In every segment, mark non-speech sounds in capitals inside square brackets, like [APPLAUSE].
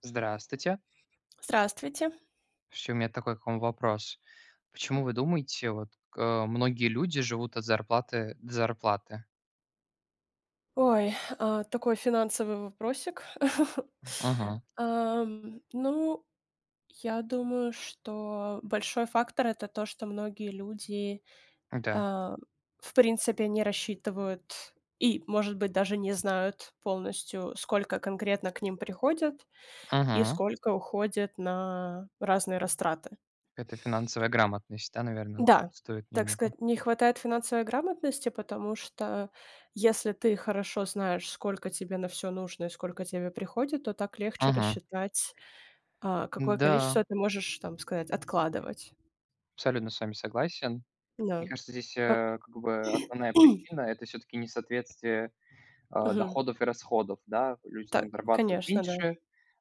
Здравствуйте. Здравствуйте. Вообще, у меня такой к вам вопрос. Почему вы думаете, вот многие люди живут от зарплаты до зарплаты? Ой, такой финансовый вопросик. [LAUGHS] Мгм. Ну, я думаю, что большой фактор- это то, что многие люди, Да. а, в принципе, не рассчитывают и, может быть, даже не знают полностью, сколько конкретно к ним приходит и Мгм. сколько уходит на разные растраты. Это финансовая грамотность, да, наверное, Да, отсутствует так немного. сказать, не хватает финансовой грамотности, потому что если ты хорошо знаешь, сколько тебе на все нужно и сколько тебе приходит, то так легче Мгм. рассчитать, какое Да, количество ты можешь, там сказать, откладывать. абсолютно с вами согласен. Мне Да. кажется, здесь, А, как бы основная причина — [CLEARS THROAT] это все таки несоответствие, Мгм. доходов и расходов, да. Люди Так, там зарабатывают конечно, да. меньше,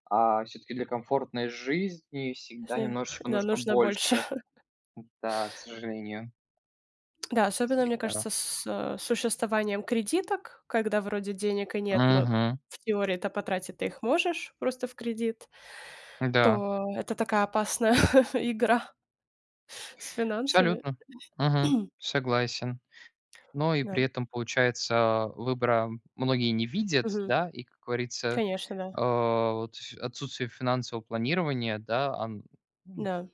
а все таки для комфортной жизни С всегда них, немножечко да, нужно нужно больше. больше. [LAUGHS] Да, к сожалению. Да, особенно, мне Всегда. кажется, с, существованием кредиток, когда вроде денег и нет, но Мгм. в теории-то потратить ты их можешь просто в кредит, Да, то это такая опасная [LAUGHS] игра. С финансами? абсолютно. Мгм. [CLEARS THROAT] Согласен. Но и Да. при этом, получается, выбора многие не видят, Мгм. да, и, как говорится, Конечно, да. Вот ф отсутствие финансового планирования, да, все Да.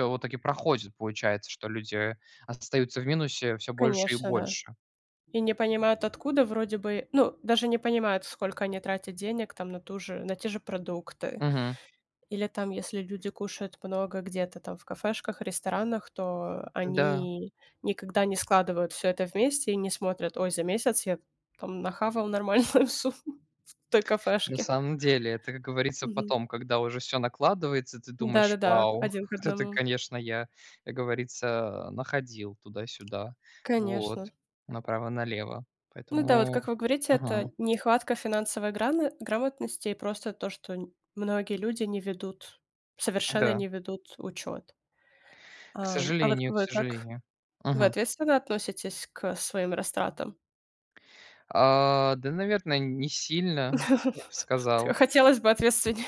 вот таки проходит, получается, что люди остаются в минусе все больше и Конечно, да. больше. И не понимают, откуда вроде бы ну, даже не понимают, сколько они тратят денег там на те же продукты. Мгм. Или там, если люди кушают много где-то там в кафешках, ресторанах, то Да. они никогда не складывают все это вместе и не смотрят: "Ой, за месяц я там нахавал нормальную [LAUGHS] сумму в той На кафешке". самом деле, это, как говорится, Мгм. потом, когда уже все накладывается, ты думаешь: Да-да-да, «Вау, один к [LAUGHS] вот это, одному. конечно, я, как говорится, находил туда-сюда». Конечно. Вот, направо-налево. Ну да, вот Поэтому. как вы говорите, это Мгм. нехватка финансовой граны грамотности и просто то, что н многие люди не ведут, совершенно Да. не ведут учет. К А вот сожалению, к вы как? сожалению. Вы Мгм. ответственно относитесь к своим растратам? Да, наверное, не сильно, [LAUGHS] я бы [LAUGHS] Т сказал. хотелось бы ответственнее.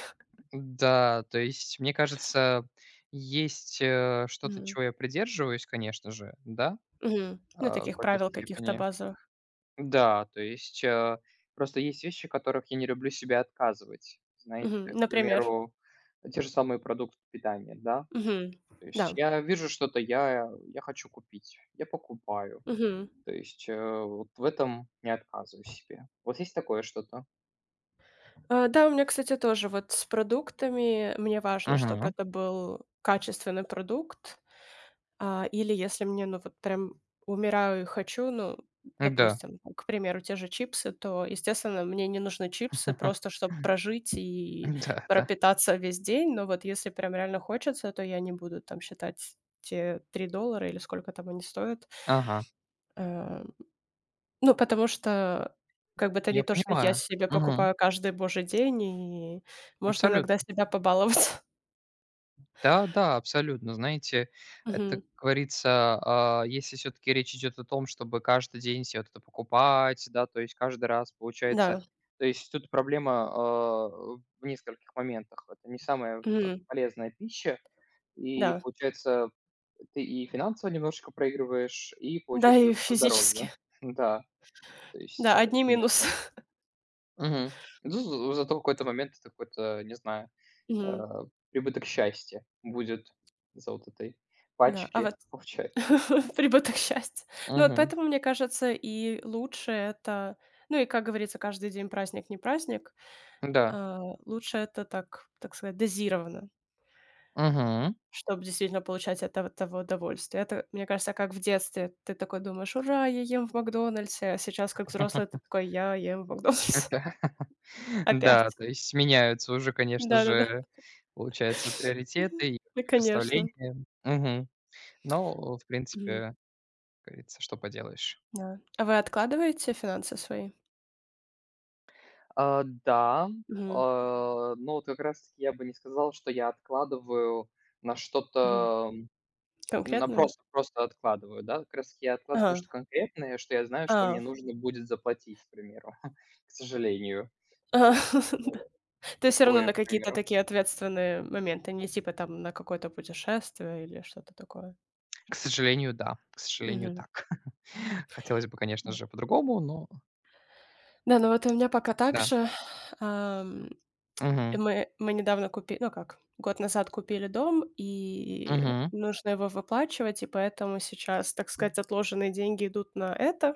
Да, то есть, мне кажется, есть, что-то, Мгм. чего я придерживаюсь, конечно же, да, Мгм. Ну, в таких какой-то правил каких-то степени. базовых. Да, то есть, просто есть вещи, которых я не люблю себе отказывать. Знаете, Мгм. к Например? примеру, те же самые продукты питания, да. Мгм. То есть Да. я вижу что-то, я хочу купить, я покупаю. Мгм. То есть, вот в этом не отказываю себе. Вот есть такое что-то? Да, у меня, кстати, тоже вот с продуктами. Мне важно, чтобы Мгм. это был качественный продукт. Или если мне, ну, вот прям умираю и хочу, ну, Да. допустим, к примеру, те же чипсы, то, естественно, мне не нужны чипсы просто, [LAUGHS] чтобы прожить и Да, да. пропитаться весь день. Но вот если прям реально хочется, то я не буду там считать те $3 или сколько там они стоят. Ага. Э, ну, потому что как бы это не Я то, что я понимаю. себе Мгм. покупаю каждый божий день, и можно иногда Абсолютно. себя побаловать. Да, да, абсолютно. Знаете, [LAUGHS] это, как Мгм. говорится, если все-таки речь идет о том, чтобы каждый день себе вот это покупать, да, то есть каждый раз получается. Да. То есть тут проблема в нескольких моментах. Это не самая Мгм. полезная пища, и Да. получается, ты и финансово немножечко проигрываешь, и Да, получается и по физически. здоровью. [LAUGHS] Да, то Да, есть одни минусы. минусе. Мгм. Ну, зато в какой-то момент это какой-то, не знаю, э, Мгм. «Прибыток счастья» будет за вот этой Да, а пачки, вот получается. [LAUGHS] прибыток счастья. Ну вот Мгм. поэтому, мне кажется, и лучше это, ну и, как говорится, каждый день праздник не праздник. Да. А, Лучше это так, так сказать, дозировано, Мгм. чтобы действительно получать от эв того удовольствие. Это, мне кажется, как в детстве. Ты такой думаешь: "Ура, я ем в "Макдональдсе"", а сейчас как взрослый ты [LAUGHS] такой: "Я ем в "Макдональдсе" Да. [LAUGHS] [LAUGHS] Да, опять". то есть меняются уже, конечно Да-да-да. же, получается, Мгм. приоритеты и И конечно. представления. Мгм. Но, в Мгм. принципе, как говорится, что поделаешь. Да. А вы откладываете финансы свои? Да, Мгм. Но вот как раз таки я бы не сказал, что я откладываю на Мгм. что-то. На Конкретную? просто откладываю, да? Как раз я откладываю Ага. что конкретное, что я знаю, что мне А, нужно будет заплатить, к примеру, [LAUGHS] к сожалению. То а, есть, [LAUGHS] да. То есть всё равно такое, на к какие-то примеру. такие ответственные моменты, не типа там на какое-то путешествие или что-то такое. К сожалению, да, к сожалению, Мгм. так. [LAUGHS] Хотелось бы, конечно М. же, по-другому, но Да, ну вот у меня пока так да. же. Ам, и Мгм. мы недавно купи, ну как, год назад купили дом, и Мгм. нужно его выплачивать, и поэтому сейчас, так сказать, отложенные деньги идут на это.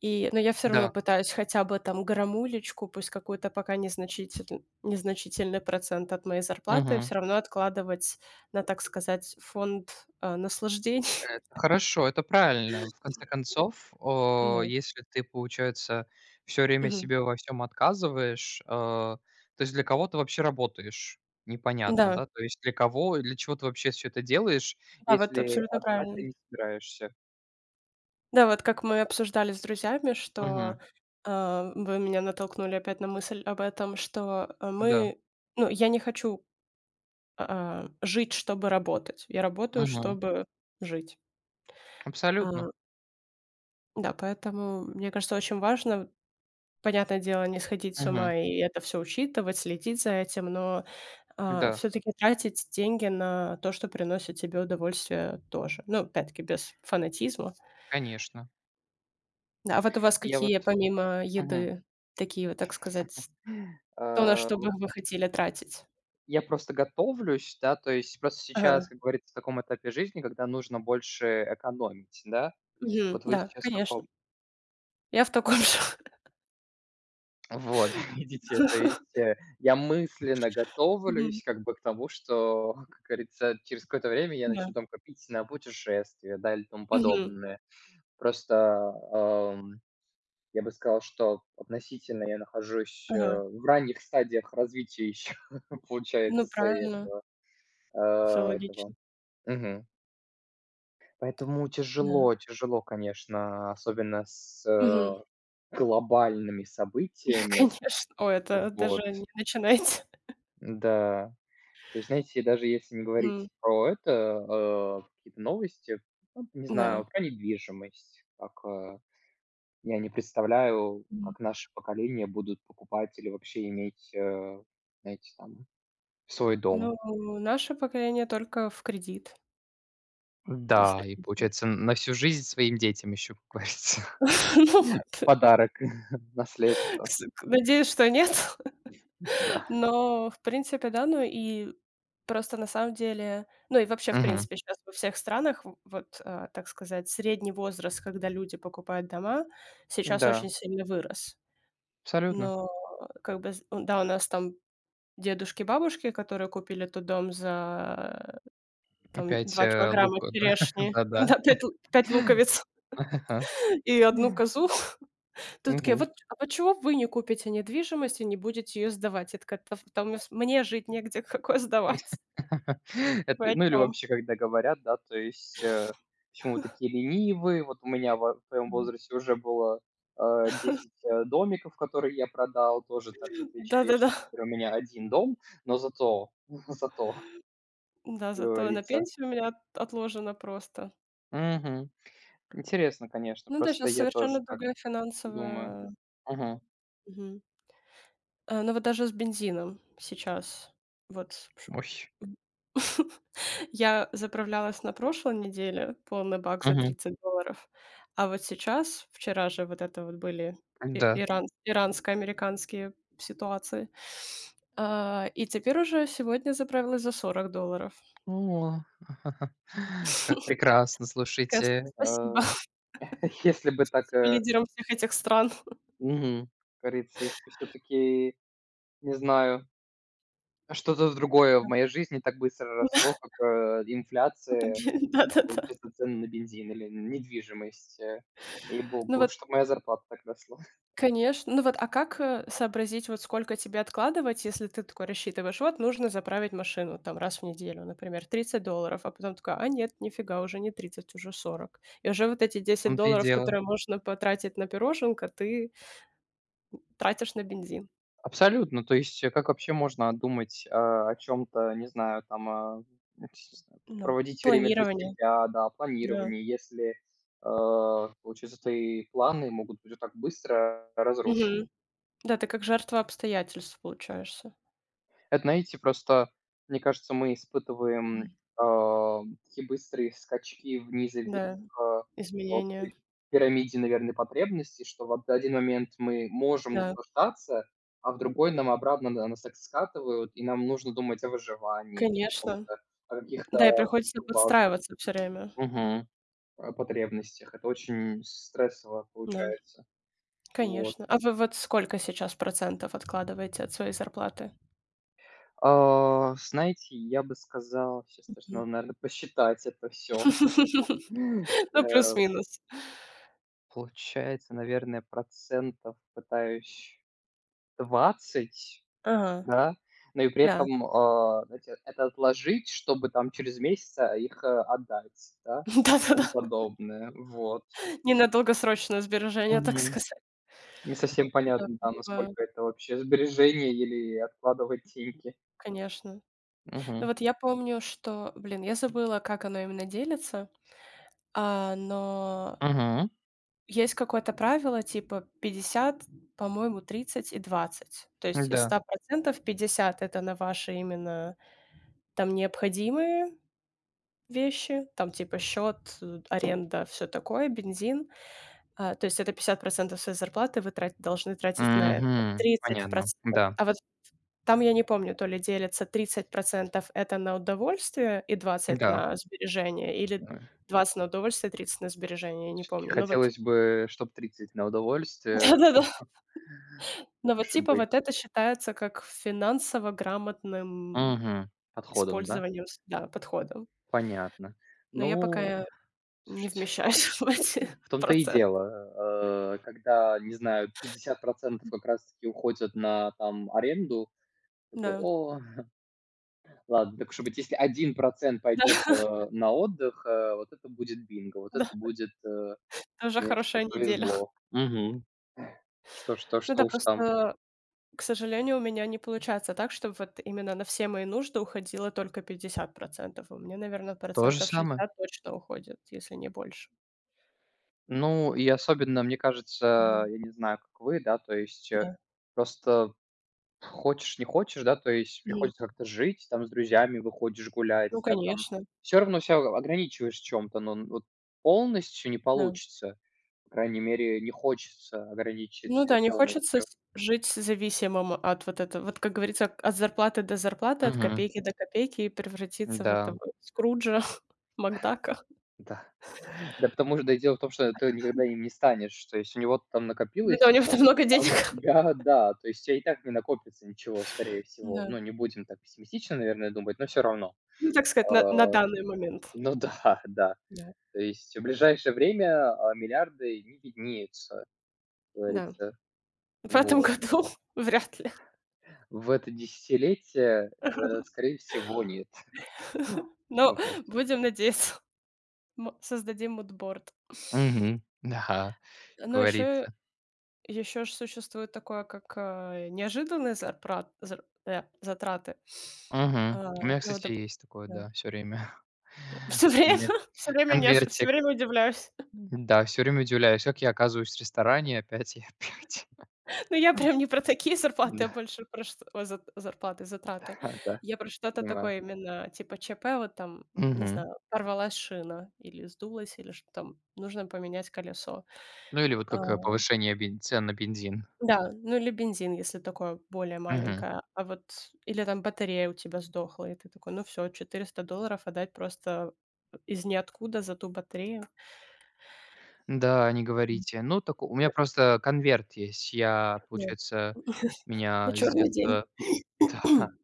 Но я все равно Да. пытаюсь хотя бы там грамулечку, пусть какую-то пока незначительный процент от моей зарплаты Мгм. все равно откладывать на, так сказать, фонд, наслаждений. Это хорошо, это правильно. В конце концов, [LAUGHS] Да. если ты, получается, все время Мгм. себе во всем отказываешь, то есть для кого ты вообще работаешь? Непонятно, Да, да? То есть для кого, для чего ты вообще все это делаешь, да, вот если абсолютно отдыхать ты правильно. не собираешься? Да, вот как мы обсуждали с друзьями, что, Мгм. Вы меня натолкнули опять на мысль об этом, что, э, Да. мы ну, я не хочу, жить, чтобы работать. Я работаю, Мгм. чтобы жить. Абсолютно. А, да, поэтому, мне кажется, очень важно. Понятное дело, не сходить с Мгм. ума и это все учитывать, следить за этим, но Да, все таки тратить деньги на то, что приносит тебе удовольствие, тоже. Ну, опять-таки, без фанатизма. конечно. Да, а вот у вас Я вот. какие, помимо Мгм. еды, такие вот, так сказать, то, на что бы Вот вы хотели тратить? я просто готовлюсь, да, то есть просто сейчас, Ага, как говорится, в таком этапе жизни, когда нужно больше экономить, да. мгм, Вот вы да, сейчас в конечно. каком? Я в таком же. Вот, [LAUGHS] видите, то [LAUGHS] есть, я мысленно Мгм, готовлюсь как бы к тому, что, [LAUGHS] как говорится, через какое-то время я да, начну там копить на путешествия, да, или тому мгм, подобное. Просто, я бы сказал, что относительно я нахожусь, ага. в ранних стадиях развития еще, [LAUGHS] Ну, получается, своей, правильно, все логично, этого. Мгм. Поэтому да. тяжело, тяжело, конечно, особенно с, Мгм, глобальными [LAUGHS] событиями. конечно. О, это даже Вот. не начинайте. Да. То есть, знаете, даже если не Мгм, говорить про это, какие-то новости, ну, не да. знаю, про недвижимость, как, я не представляю, М. как наше поколение будут покупать или вообще иметь, знаете, там, свой дом. Ну, наше поколение только в кредит, если Да, и честно. получается, на всю жизнь своим детям еще, как говорится, [LAUGHS] [LAUGHS] Ну, подарок, [LAUGHS] наследство. с надеюсь, что нет, [LAUGHS] Да. но, в принципе, да. Ну и просто на самом деле, ну и вообще, в Мгм. принципе, сейчас во всех странах в вот, так сказать, средний возраст, когда люди покупают дома, сейчас очень Да, сильно вырос. абсолютно. Но как бы з, да, у нас там дедушки, бабушки, которые купили тот дом за, там, 5, 2 килограмма лука, да, [LAUGHS] черешни, [LAUGHS] да-да. да, 5 лу луковиц. [LAUGHS] И одну козу. [LAUGHS] Тут такая: Мгм. "Вот а почему вы не купите недвижимость и не будете ее сдавать?" Я такая: "Да там мне с мне жить негде, [LAUGHS] какое сдавать? [LAUGHS] Это, Вы о ну, или чём?" вообще, когда говорят, да, то есть, почему вы такие ленивые? Вот у меня во в твоем возрасте уже было, 10, домиков, которые я продал, тоже так за 2 черешни. Да-да-да. Теперь у меня один дом, но зато, [LAUGHS] зато, как Да, зато на говорится. пенсию у меня от отложено просто. Мгм. Интересно, конечно, Ну да, просто сейчас я тоже совершенно так другая думаю. финансовая. Мгм. Мгм. Ну вот даже с бензином сейчас. Вот ш Ой. [LAUGHS] Я заправлялась на прошлой неделе, полный бак за Мгм. $30, а вот сейчас, вчера же вот это вот были и Да. Иранско-американские ситуации, и теперь уже сегодня заправилась за $40. О, [LAUGHS] как прекрасно, Такая: «Сп- слушайте. "Спасибо, [LAUGHS] [LAUGHS] если бы так, спасибо лидерам всех этих стран". Мгм. Как говорится, если бы всё-таки, не знаю, что-то другое в моей жизни так быстро росло, как, инфляция, [LAUGHS] Да-да-да. получается, цены на бензин или на недвижимость, Ну ей-богу, вот. чтоб моя зарплата так росла. [LAUGHS] Конечно. Ну вот, а как, сообразить, вот сколько тебе откладывать, если ты такой рассчитываешь: вот нужно заправить машину там раз в неделю, например, $30, а потом такая: а нет, нифига, уже не 30, уже 40. И уже вот эти В десять том-то и долларов, дело. которые можно потратить на пироженка, ты тратишь на бензин. Абсолютно. То есть, как вообще можно думать, о чем то не знаю, там, ну, не знаю, Да. проводить время для Планирование. себя, да, Да. планирование, если, получается, твои планы могут быть вот так быстро разрушены. Мгм. Да, ты как жертва обстоятельств получаешься. Это, знаете, просто, мне кажется, мы испытываем, М. Такие быстрые скачки вниз и Да, вверх, а, вот изменения. этой пирамиде, наверное, потребностей, что вот в один момент мы можем Да, наслаждаться, а в другой нам обратно на нас так скатывают, и нам нужно думать о выживании о конечно. каком-то, о Да, и каких-то приходится базовых подстраиваться все время. мгм, потребностях. Это очень стрессово Да. получается. Вот. Конечно. А вы вот сколько сейчас процентов откладываете от своей зарплаты? Знаете, я бы сказал, сейчас М. нужно, наверное, посчитать это все. [LAUGHS] [LAUGHS] Ну, Э, плюс-минус. получается, наверное, процентов пытаюсь 20, Ага, да. Но и при да. этом, знаете, это отложить, чтобы там через месяц, их, отдать, да, [LAUGHS] Да-да-да. тому подобное. Вот. Не на долгосрочное сбережение, так Мгм. сказать. Не совсем Да, понятно, да, понимаю, насколько это вообще сбережение или откладывать деньги. конечно. Ну, Мгм. вот я помню, что блин, я забыла, как оно именно делится, но Мгм. есть какое-то правило, типа 50, по-моему, 30 и 20. То есть из Да. 100% 50 это на ваши именно там необходимые вещи, там типа счет, аренда, все такое, бензин. То есть это 50% своей зарплаты вы трат должны тратить на это. Мгм. тридцать Понятно. процентов. Да, А вот там я не помню, то ли делится 30% это на удовольствие и 20 да. на сбережения, или Э, 20 на удовольствие, 30 на сбережения, я не таки помню. Но вот хотелось бы, чтоб 30 на [LAUGHS] удовольствие. да-да-да. Но Так вот уж и типа вот быть. это считается как финансово грамотным Мгм. Подходом, да? использованием, с да, подходом. Понятно. Но я Ну, пока не слушайте, вмещаюсь [LAUGHS] в эти [LAUGHS] в том-то и проценты. дело, когда, не знаю, 50% как раз-таки уходят на, там, аренду, такой: «О, ладно». Так уж и быть, если 1 Да, пойдет, да. На отдых, вот это будет бинго, вот это [LAUGHS] будет, Тоже конечно, хорошая неделя. повезло. [LAUGHS] Мгм. Что что Ну что да, уж там. просто, к сожалению, у меня не получается так, чтобы вот именно на все мои нужды уходило только 50%. У меня, наверное, То же процентов самое. 60 точно уходит, если не больше. Ну, и особенно, мне кажется, Мгм. я не знаю, как вы, да, то есть, Да. просто хочешь, не хочешь, да, то есть Мгм. приходится как-то жить, там с друзьями выходишь гулять, Ну, да, там. конечно, Все равно ся ограничиваешь чем то но н вот полностью не да. получится. По крайней мере, не хочется ограничить Ну себя да, не хочется полностью. с жить зависимым от вот этого, вот, как говорится, от зарплаты до зарплаты, от Мгм. копейки до копейки и превратиться в Да. этого Скруджа, [LAUGHS] Макдака. Да. Да потому что да и дело в том, что ты никогда им не станешь. То есть у него там Ну да, у накопилось, него там много а у денег. [LAUGHS] тебя да, то есть у тя и так не накопится ничего, скорее всего. Да. Ну, не будем так пессимистично, наверное, думать, но все равно. Ну, так сказать, на Э, данный момент. ну да, [LAUGHS] да. Да. То есть в ближайшее время, миллиарды не виднеются, как Да. говорится. В этом Вот. году [LAUGHS] вряд ли. В это десятилетие, скорее всего, нет. [LAUGHS] [LAUGHS] Но Вот. будем надеяться, мо создадим мудборд. Мгм. Да, как Ну, говорится. еще же существует такое, как, неожиданные затраты. Мгм. А, У меня, ну, кстати, допустим, есть такое, да, все время. [LAUGHS] [LAUGHS] У время меня все время неож конвертик. время удивляюсь. [LAUGHS] Да, все время удивляюсь, как я оказываюсь в ресторане опять и опять. Ну я прям не про такие зарплаты, а [LAUGHS] больше про что о, зат зарплаты, затраты. Да, да, Я про что-то понимаю. такое именно типа ЧП, вот там, не Мгм. знаю, порвалась шина или сдулась, или что там, нужно поменять колесо. Ну или вот А, как, повышение бен цен на бензин. да, ну или бензин, если такое более Мгм. маленькое. А вот или там батарея у тебя сдохла, и ты такой: "Ну все, $400 отдать просто из ниоткуда за ту батарею". Да, не говорите. Ну, так у меня просто конверт есть. Я, Да. получается, [LAUGHS] На меня с черный детства день. [LAUGHS] да, [COUGHS]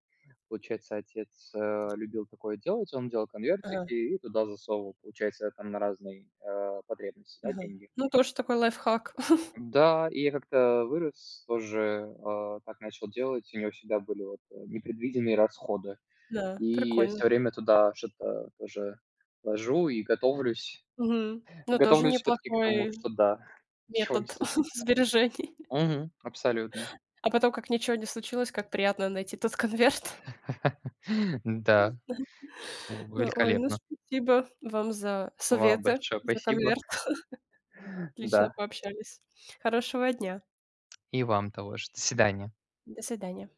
получается, отец, любил такое делать. Он делал Ага, конвертики и туда засовывал, получается, там на разные, потребности, да, ага. деньги. Ну, тоже такой лайфхак. [LAUGHS] Да, и я как-то вырос, тоже, так начал делать. У него всегда были вот, непредвиденные расходы. Да, И я прикольно. все время туда что-то тоже ложу и готовлюсь. Мгм. [LAUGHS] Ну, тоже Готовлюсь все таки к тому, неплохой что да, [LAUGHS] ничего не метод [LAUGHS] случится. сбережений. Мгм. Абсолютно. А потом, как ничего не случилось, как приятно найти тот конверт. [LAUGHS] Да, [LAUGHS] у Да, ой, ну великолепно. спасибо вам за Вам советы, большое за спасибо. конверт. [LAUGHS] Отлично Да, пообщались. Хорошего дня. и вам того же. До свидания. До свидания.